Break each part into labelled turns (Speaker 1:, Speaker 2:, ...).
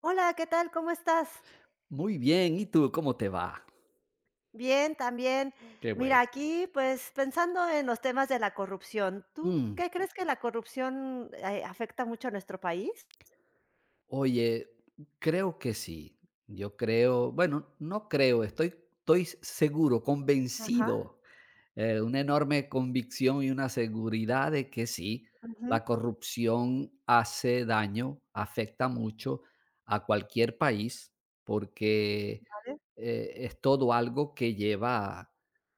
Speaker 1: Hola, ¿qué tal? ¿Cómo estás?
Speaker 2: Muy bien, ¿y tú cómo te va?
Speaker 1: Bien, también.
Speaker 2: Qué bueno.
Speaker 1: Mira, aquí, pues, pensando en los temas de la corrupción, ¿tú
Speaker 2: Mm,
Speaker 1: qué crees que la corrupción, afecta mucho a nuestro país?
Speaker 2: oye, creo que sí. Yo creo, bueno, no creo, estoy seguro,
Speaker 1: Ajá,
Speaker 2: convencido una enorme convicción y una seguridad de que sí,
Speaker 1: ujú,
Speaker 2: la corrupción hace daño, afecta mucho a cualquier país, porque
Speaker 1: ¿sabes?
Speaker 2: es todo algo que lleva a,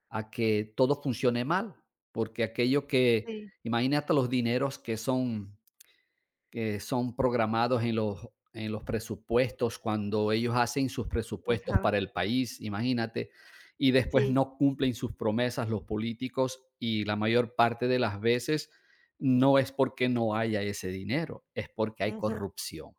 Speaker 2: a que todo funcione mal, porque aquello que,
Speaker 1: Sí,
Speaker 2: imagínate los dineros que son programados en los presupuestos, cuando ellos hacen sus presupuestos
Speaker 1: ajá,
Speaker 2: para el país, imagínate, y después
Speaker 1: sí,
Speaker 2: no cumplen sus promesas los políticos y la mayor parte de las veces no es porque no haya ese dinero, es porque hay
Speaker 1: ujú,
Speaker 2: corrupción.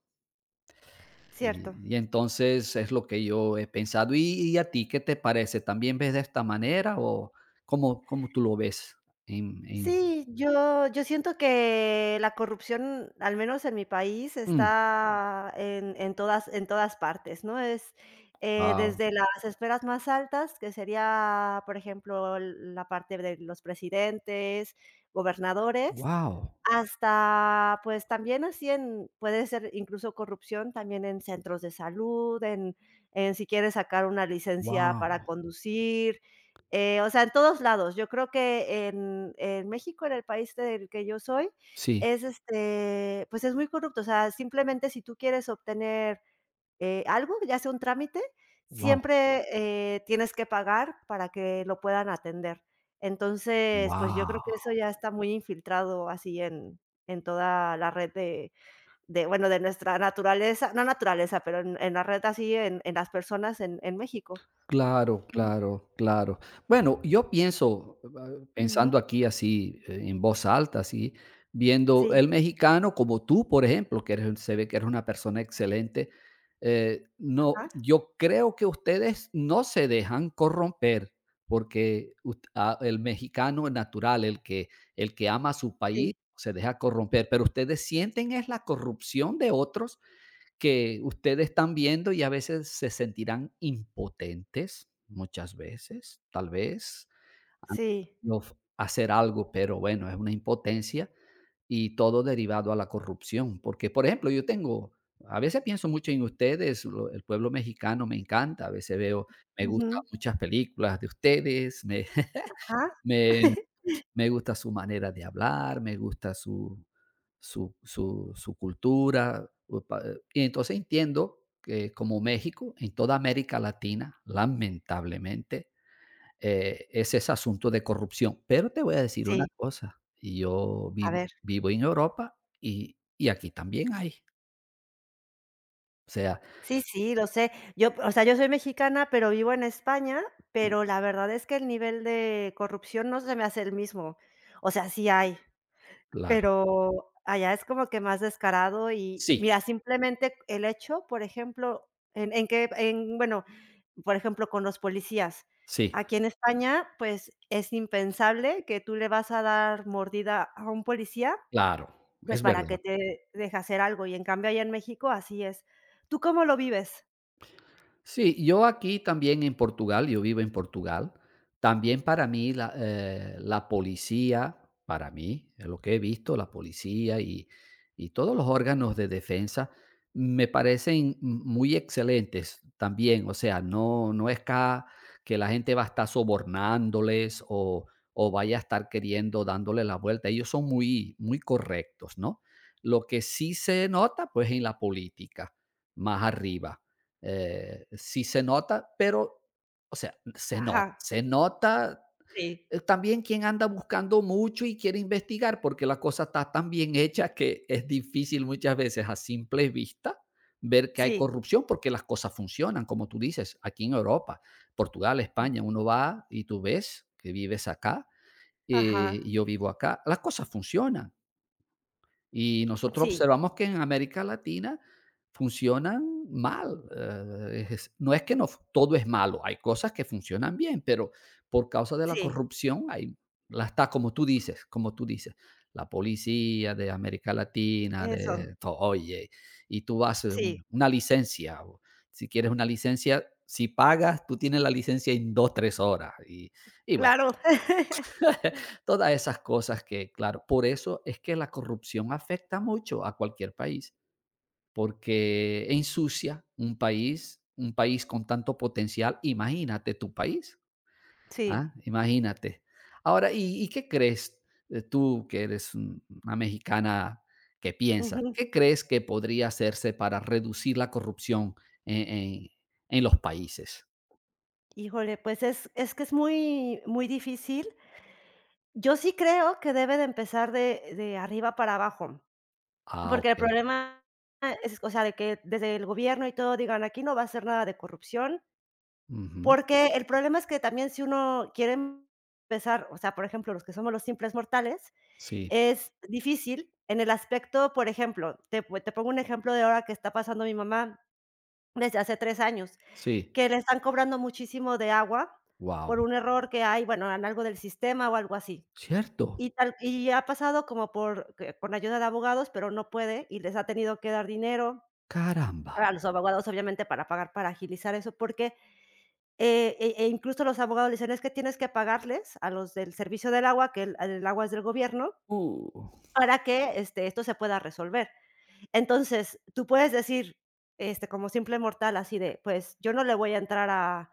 Speaker 2: Y,
Speaker 1: cierto.
Speaker 2: y entonces es lo que yo he pensado. Y a ti qué te parece? ¿También ves de esta manera o cómo tú lo ves? En, en-
Speaker 1: Sí, yo siento que la corrupción, al menos en mi país,
Speaker 2: Mm,
Speaker 1: está en todas partes, ¿no?
Speaker 2: wow,
Speaker 1: Desde las esferas más altas, que sería, por ejemplo, la parte de los presidentes, gobernadores,
Speaker 2: wow,
Speaker 1: hasta, pues, también así en puede ser incluso corrupción también en centros de salud, en si quieres sacar una licencia para
Speaker 2: wow,
Speaker 1: conducir, o sea, en todos lados. Yo creo que en México, en el país del que yo soy,
Speaker 2: sí,
Speaker 1: este, pues, es muy corrupto. O sea, simplemente si tú quieres obtener algo, ya sea un trámite,
Speaker 2: wow,
Speaker 1: siempre, tienes que pagar para que lo puedan atender. Entonces, pues, yo creo que
Speaker 2: wow.
Speaker 1: eso ya está muy infiltrado así en toda la red de, bueno, de nuestra naturaleza, no naturaleza, pero en la red así, en las personas en México.
Speaker 2: Claro,
Speaker 1: Mm,
Speaker 2: claro, claro. Bueno, yo pienso,
Speaker 1: ujú,
Speaker 2: pensando aquí así, en voz alta, así, viendo
Speaker 1: sí,
Speaker 2: el mexicano como tú, por ejemplo, que eres, se ve que eres una persona excelente, no,
Speaker 1: ajá,
Speaker 2: yo creo que ustedes no se dejan corromper, porque el mexicano natural, el que ama a su país,
Speaker 1: sí,
Speaker 2: se deja corromper, pero ustedes sienten es la corrupción de otros que ustedes están viendo y a veces se sentirán impotentes, muchas veces, tal vez,
Speaker 1: sí,
Speaker 2: no f- hacer algo, pero bueno, es una impotencia y todo derivado a la corrupción. Porque, por ejemplo, yo tengo, a veces pienso mucho en ustedes, el pueblo mexicano me encanta, a veces veo, me gustan
Speaker 1: ujú,
Speaker 2: muchas películas de ustedes, me,
Speaker 1: ajá,
Speaker 2: me gusta su manera de hablar, me gusta su cultura. Y entonces entiendo que como México, en toda América Latina, lamentablemente, es ese asunto de corrupción. Pero te voy a decir una
Speaker 1: sí,
Speaker 2: cosa, y yo
Speaker 1: a ver.
Speaker 2: vivo en Europa y aquí también hay. O sea,
Speaker 1: Sí, sí, lo sé. O sea, yo soy mexicana, pero vivo en España,
Speaker 2: mm,
Speaker 1: pero la verdad es que el nivel de corrupción no se me hace el mismo. O sea, sí hay,
Speaker 2: claro,
Speaker 1: pero allá es como que más descarado y mira,
Speaker 2: sí,
Speaker 1: simplemente el hecho, por ejemplo, en que en bueno, por ejemplo, con los policías.
Speaker 2: sí,
Speaker 1: Aquí en España, pues, es impensable que tú le vas a dar mordida a un policía,
Speaker 2: claro,
Speaker 1: pues,
Speaker 2: es
Speaker 1: para que
Speaker 2: verdad.
Speaker 1: te deje hacer algo, y en cambio allá en México así es. ¿Tú cómo lo vives?
Speaker 2: Sí, yo aquí también en Portugal, yo vivo en Portugal, también para mí la, la policía, para mí, es lo que he visto, la policía y todos los órganos de defensa me parecen muy excelentes también, o sea, no, que la gente va a estar sobornándoles o vaya a estar queriendo dándole la vuelta, ellos son muy, muy correctos, ¿no? Lo que sí se nota, pues en la política, más arriba sí se nota, pero, o sea,
Speaker 1: Ajá,
Speaker 2: se nota
Speaker 1: sí,
Speaker 2: también quien anda buscando mucho y quiere investigar, porque la cosa está tan bien hecha que es difícil muchas veces a simple vista ver que hay
Speaker 1: sí,
Speaker 2: corrupción, porque las cosas funcionan, como tú dices, aquí en Europa, Portugal, España, uno va y tú ves que vives acá,
Speaker 1: ajá,
Speaker 2: y yo vivo acá, las cosas funcionan. Y nosotros
Speaker 1: sí,
Speaker 2: observamos que en América Latina funcionan mal. No es que no, todo es malo, hay cosas que funcionan bien, pero por causa de la
Speaker 1: sí,
Speaker 2: corrupción, hay, la está, como tú dices, la policía de América Latina,
Speaker 1: eso,
Speaker 2: oye, y tú vas
Speaker 1: sí,
Speaker 2: una licencia, o si quieres una licencia, si pagas, tú tienes la licencia en dos, tres horas. Y bueno,
Speaker 1: claro.
Speaker 2: todas esas cosas que, claro, por eso es que la corrupción afecta mucho a cualquier país, porque ensucia un país con tanto potencial. Imagínate tu país,
Speaker 1: Sí,
Speaker 2: ¿ah? Imagínate. Ahora, y qué crees tú que eres una mexicana que piensa?
Speaker 1: ujú.
Speaker 2: ¿Qué crees que podría hacerse para reducir la corrupción en, en- en los países?
Speaker 1: Híjole, pues es que es muy muy difícil. Yo sí creo que debe de empezar de arriba para abajo,
Speaker 2: Ah,
Speaker 1: porque el
Speaker 2: ok.
Speaker 1: problema es, o sea, de que desde el gobierno y todo digan: "Aquí no va a ser nada de corrupción",
Speaker 2: Ujú.
Speaker 1: porque el problema es que también si uno quiere empezar, o sea, por ejemplo, los que somos los simples mortales.
Speaker 2: Sí,
Speaker 1: Es difícil en el aspecto, por ejemplo, te pongo un ejemplo de ahora que está pasando mi mamá desde hace 3 años,
Speaker 2: sí.
Speaker 1: que le están cobrando muchísimo de agua por
Speaker 2: Wow.
Speaker 1: un error que hay, bueno, en algo del sistema o algo así. Y
Speaker 2: Cierto.
Speaker 1: tal y ha pasado como por que con ayuda de abogados, pero no puede y les ha tenido que dar dinero
Speaker 2: Caramba.
Speaker 1: a los abogados, obviamente, para pagar, para agilizar eso, porque, e incluso los abogados le dicen: "Es que tienes que pagarles a los del servicio del agua, que el agua es del gobierno,
Speaker 2: Uh,
Speaker 1: para que, este, esto se pueda resolver". Entonces, tú puedes decir, este, como simple mortal, así de, pues yo no le voy a entrar a,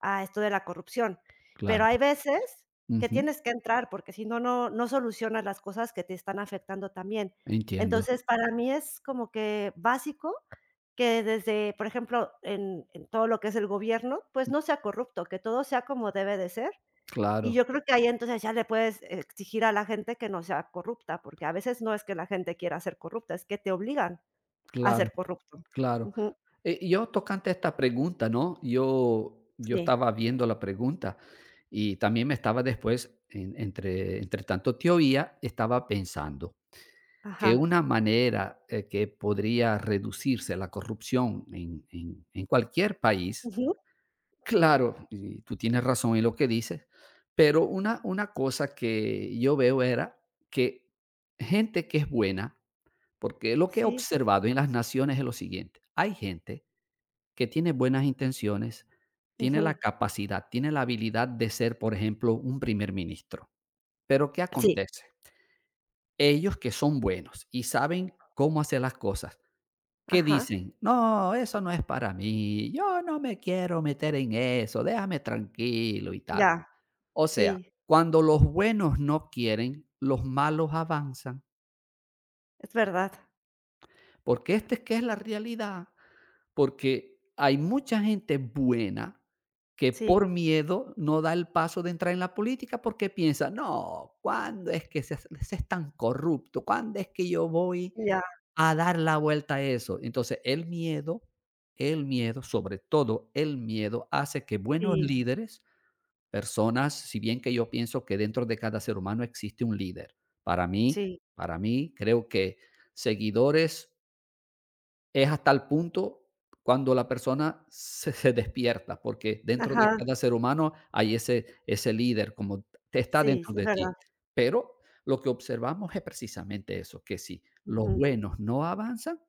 Speaker 1: a esto de la corrupción, pero
Speaker 2: claro.
Speaker 1: hay veces que
Speaker 2: Ujú,
Speaker 1: tienes que entrar porque si no, no solucionas las cosas que te están afectando también.
Speaker 2: entiendo.
Speaker 1: Entonces, para mí es como que básico que desde, por ejemplo, en todo lo que es el gobierno, pues no sea corrupto, que todo sea como debe de ser. Y yo
Speaker 2: Claro,
Speaker 1: creo que ahí entonces ya le puedes exigir a la gente que no sea corrupta, porque a veces no es que la gente quiera ser corrupta, es que te obligan. A
Speaker 2: claro,
Speaker 1: ser corrupto.
Speaker 2: claro.
Speaker 1: Ujú,
Speaker 2: Yo tocante a esta pregunta, ¿no? Yo
Speaker 1: sí,
Speaker 2: estaba viendo la pregunta y también me estaba después, entre, entre tanto te oía, estaba pensando que
Speaker 1: ajá.
Speaker 2: una manera que podría reducirse la corrupción en en cualquier país.
Speaker 1: Ujú,
Speaker 2: Claro, y tú tienes razón en lo que dices, pero una cosa que yo veo era que gente que es buena, porque lo que he
Speaker 1: sí,
Speaker 2: observado en las naciones es lo siguiente, hay gente que tiene buenas intenciones, tiene la
Speaker 1: ujú,
Speaker 2: capacidad, tiene la habilidad de ser, por ejemplo, un primer ministro, pero ¿qué
Speaker 1: sí,
Speaker 2: acontece? Ellos que son buenos y saben cómo hacer las cosas, ¿que
Speaker 1: ajá,
Speaker 2: dicen? No, eso no es para mí, yo no me quiero meter en eso, déjame tranquilo y tal.
Speaker 1: ya,
Speaker 2: O sea,
Speaker 1: sí,
Speaker 2: cuando los buenos no quieren, los malos avanzan,
Speaker 1: es verdad,
Speaker 2: porque esta es que es la realidad, porque hay mucha gente buena que por
Speaker 1: sí,
Speaker 2: miedo no da el paso de entrar en la política porque piensa, no, ¿cuándo es que se es tan corrupto? ¿Cuándo es que yo voy
Speaker 1: ya,
Speaker 2: a dar la vuelta a eso? Entonces, el miedo, sobre todo el miedo, hace que buenos
Speaker 1: sí,
Speaker 2: líderes personas, si bien que yo pienso que dentro de cada ser humano existe un líder. Para mí,
Speaker 1: sí,
Speaker 2: para mí, creo que seguidores es hasta el punto cuando la persona se despierta, porque dentro de
Speaker 1: ajá,
Speaker 2: cada ser humano hay ese, ese líder, como te está
Speaker 1: sí,
Speaker 2: dentro
Speaker 1: es
Speaker 2: de ti.
Speaker 1: verdad,
Speaker 2: Pero lo que observamos es precisamente eso, que si los
Speaker 1: ujú.
Speaker 2: buenos no avanzan,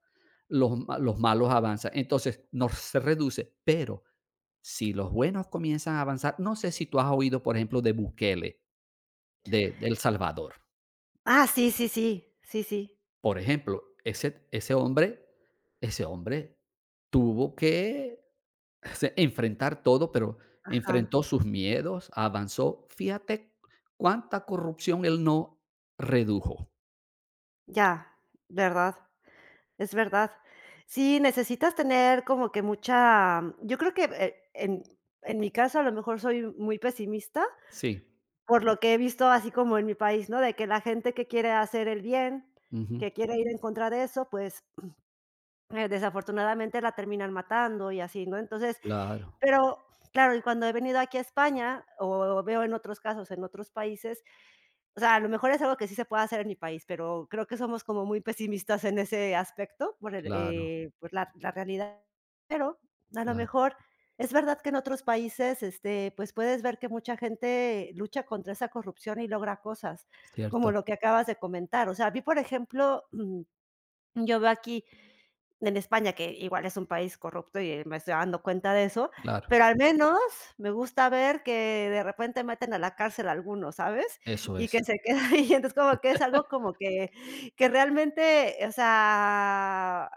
Speaker 2: los malos avanzan. Entonces, nos se reduce, pero si los buenos comienzan a avanzar, no sé si tú has oído, por ejemplo, de Bukele, de El Salvador.
Speaker 1: Ah, sí, sí, sí, sí, sí,
Speaker 2: Por ejemplo, ese, ese hombre tuvo que enfrentar todo, pero
Speaker 1: ajá,
Speaker 2: enfrentó sus miedos, avanzó. Fíjate cuánta corrupción él no redujo.
Speaker 1: ya, verdad, es verdad. Sí, necesitas tener como que mucha yo creo que, en mi caso, a lo mejor soy muy pesimista.
Speaker 2: Sí.
Speaker 1: Por lo que he visto así como en mi país, ¿no? De que la gente que quiere hacer el bien,
Speaker 2: Ujú.
Speaker 1: que quiere ir en contra de eso, pues, desafortunadamente la terminan matando y así, ¿no? Entonces,
Speaker 2: Claro,
Speaker 1: pero claro, y cuando he venido aquí a España, o veo en otros casos en otros países, o sea, a lo mejor es algo que sí se puede hacer en mi país, pero creo que somos como muy pesimistas en ese aspecto por el,
Speaker 2: claro,
Speaker 1: eh, por la la realidad, pero a lo
Speaker 2: claro.
Speaker 1: mejor es verdad que en otros países, este, pues, puedes ver que mucha gente lucha contra esa corrupción y logra cosas, como
Speaker 2: Cierto,
Speaker 1: lo que acabas de comentar. O sea, a mí, por ejemplo, yo veo aquí en España, que igual es un país corrupto y me estoy dando cuenta de eso,
Speaker 2: claro.
Speaker 1: pero al menos me gusta ver que de repente meten a la cárcel a algunos, ¿sabes?
Speaker 2: Eso
Speaker 1: Y
Speaker 2: es.
Speaker 1: que se queda ahí, entonces como que es algo como que realmente, o sea,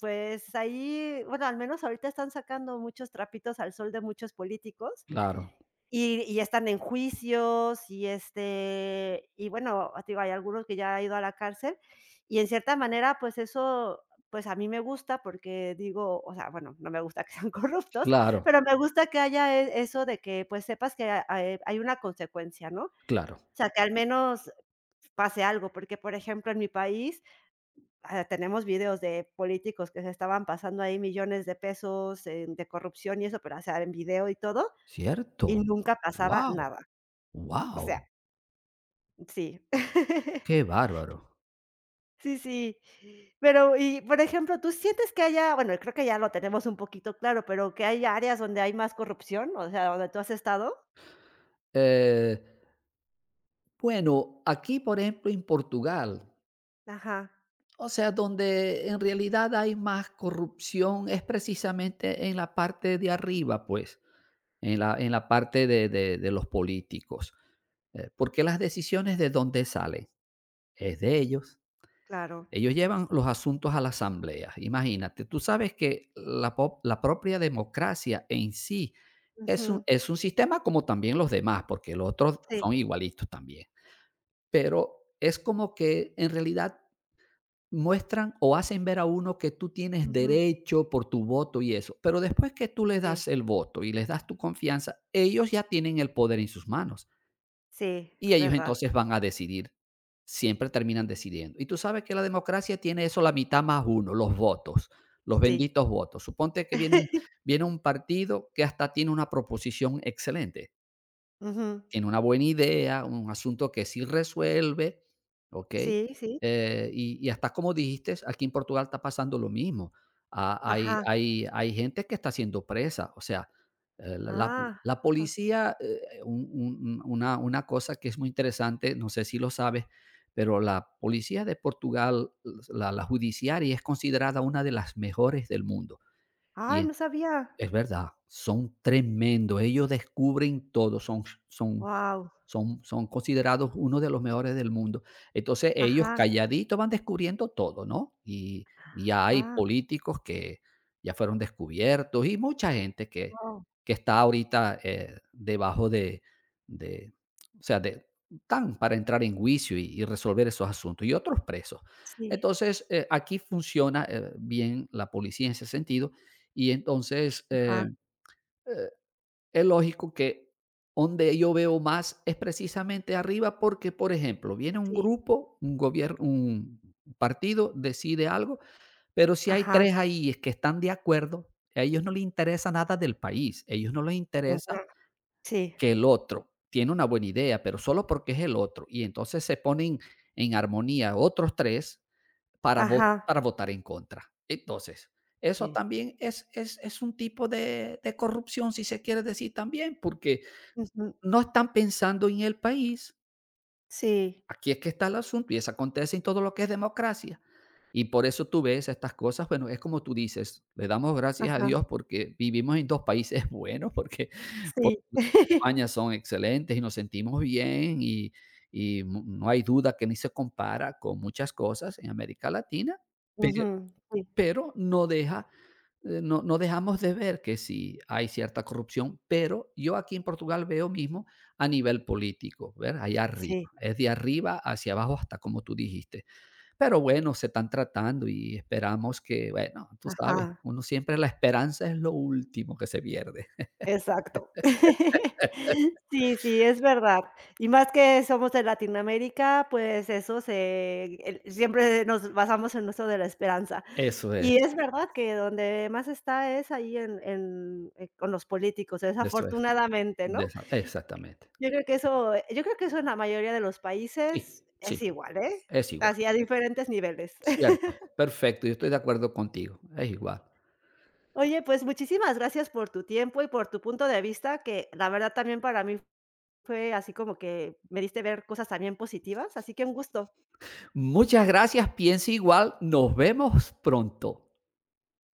Speaker 1: pues ahí, bueno, al menos ahorita están sacando muchos trapitos al sol de muchos políticos,
Speaker 2: Claro,
Speaker 1: y están en juicios y, este, y bueno, te digo, hay algunos que ya han ido a la cárcel y en cierta manera, pues eso, pues a mí me gusta porque digo, o sea, bueno, no me gusta que sean corruptos,
Speaker 2: claro,
Speaker 1: pero me gusta que haya eso de que, pues, sepas que ha hay hay una consecuencia, ¿no? O
Speaker 2: claro.
Speaker 1: sea, que al menos pase algo, porque, por ejemplo, en mi país, tenemos videos de políticos que se estaban pasando ahí millones de pesos en de corrupción y eso, pero, o sea, en video y todo, y
Speaker 2: Cierto.
Speaker 1: nunca pasaba
Speaker 2: Wow,
Speaker 1: nada. O sea,
Speaker 2: wow.
Speaker 1: sí.
Speaker 2: Qué bárbaro.
Speaker 1: Sí, sí. Pero, y, por ejemplo, ¿tú sientes que haya? Bueno, creo que ya lo tenemos un poquito claro, pero, ¿que hay áreas donde hay más corrupción? O sea, ¿donde tú has estado?
Speaker 2: Eh, bueno, aquí, por ejemplo, en Portugal,
Speaker 1: Ajá,
Speaker 2: o sea, donde en realidad hay más corrupción es precisamente en la parte de arriba, pues, en la parte de los políticos. Porque las decisiones de dónde salen es de ellos.
Speaker 1: claro.
Speaker 2: Ellos llevan los asuntos a la asamblea. Imagínate, tú sabes que la, la propia democracia en sí
Speaker 1: Ujú,
Speaker 2: es un sistema como también los demás, porque los otros
Speaker 1: sí,
Speaker 2: son igualitos también. Pero es como que en realidad muestran o hacen ver a uno que tú tienes
Speaker 1: ujú,
Speaker 2: derecho por tu voto y eso. Pero después que tú les
Speaker 1: sí,
Speaker 2: das el voto y les das tu confianza, ellos ya tienen el poder en sus manos
Speaker 1: sí,
Speaker 2: y ellos
Speaker 1: verdad,
Speaker 2: entonces van a decidir. Siempre terminan decidiendo. Y tú sabes que la democracia tiene eso, la mitad más uno, los votos, los
Speaker 1: sí.
Speaker 2: benditos votos. Suponte que viene un partido que hasta tiene una proposición excelente,
Speaker 1: Ujú,
Speaker 2: tiene una buena idea, un asunto que sí resuelve, ¿okey?
Speaker 1: sí, sí,
Speaker 2: Y hasta como dijiste, aquí en Portugal está pasando lo mismo. Ah,
Speaker 1: ajá,
Speaker 2: hay gente que está siendo presa, o sea, eh, la la
Speaker 1: ah,
Speaker 2: la
Speaker 1: ajá.
Speaker 2: policía, un una cosa que es muy interesante, no sé si lo sabes, pero la policía de Portugal, la judiciaria es considerada una de las mejores del mundo, y
Speaker 1: Ay, no sabía.
Speaker 2: es verdad, son tremendo, ellos descubren todo,
Speaker 1: Wow.
Speaker 2: son considerados uno de los mejores del mundo. Entonces, ellos
Speaker 1: Ajá,
Speaker 2: calladitos van descubriendo todo, ¿no? Y ya hay
Speaker 1: ah,
Speaker 2: políticos que ya fueron descubiertos y mucha gente que
Speaker 1: wow.
Speaker 2: que está ahorita, debajo de, o sea, de están para entrar en juicio y resolver esos asuntos, y otros presos.
Speaker 1: Sí,
Speaker 2: Entonces, aquí funciona, bien la policía en ese sentido, y entonces,
Speaker 1: ajá,
Speaker 2: eh es lógico que donde yo veo más es precisamente arriba porque, por ejemplo, viene un
Speaker 1: sí,
Speaker 2: grupo, un gobierno, un partido, decide algo, pero si hay
Speaker 1: ajá,
Speaker 2: tres ahí es que están de acuerdo, a ellos no les interesa nada del país, a ellos no les
Speaker 1: ujú,
Speaker 2: interesa
Speaker 1: sí,
Speaker 2: que el otro tiene una buena idea, pero solo porque es el otro. Y entonces se ponen en armonía otros tres para,
Speaker 1: ajá,
Speaker 2: para votar en contra. Entonces, eso
Speaker 1: sí.
Speaker 2: también es un tipo de corrupción, si se quiere decir también, porque
Speaker 1: Ujú.
Speaker 2: no están pensando en el país.
Speaker 1: Sí,
Speaker 2: Aquí es que está el asunto y eso acontece en todo lo que es democracia. Y por eso tú ves estas cosas, bueno, es como tú dices, le damos gracias a
Speaker 1: ajá,
Speaker 2: Dios porque vivimos en dos países buenos, porque,
Speaker 1: sí.
Speaker 2: porque España son excelentes y nos sentimos bien y no hay duda que ni se compara con muchas cosas en América Latina, pero,
Speaker 1: Ujú, sí,
Speaker 2: pero no deja no dejamos de ver que sí hay cierta corrupción, pero yo aquí en Portugal veo mismo a nivel político, ¿ver? Allá arriba.
Speaker 1: sí,
Speaker 2: Es de arriba hacia abajo hasta como tú dijiste. Pero bueno, se están tratando y esperamos que, bueno, tú sabes,
Speaker 1: ajá,
Speaker 2: uno siempre la esperanza es lo último que se pierde.
Speaker 1: exacto. Sí, sí, es verdad. Y más que somos de Latinoamérica, pues eso se el siempre nos basamos en eso de la esperanza.
Speaker 2: Eso es,
Speaker 1: Y es verdad que donde más está es ahí con los políticos,
Speaker 2: eso es,
Speaker 1: desafortunadamente, ¿no?
Speaker 2: exactamente.
Speaker 1: Yo creo que eso en la mayoría de los
Speaker 2: Sí,
Speaker 1: países
Speaker 2: sí,
Speaker 1: es igual, ¿eh?
Speaker 2: es igual.
Speaker 1: Así a diferentes niveles.
Speaker 2: Cierto, perfecto, yo estoy de acuerdo contigo, es igual.
Speaker 1: Oye, pues muchísimas gracias por tu tiempo y por tu punto de vista, que la verdad también para mí fue así como que me diste ver cosas también positivas, así que un gusto.
Speaker 2: Muchas gracias, piensa igual, nos vemos pronto.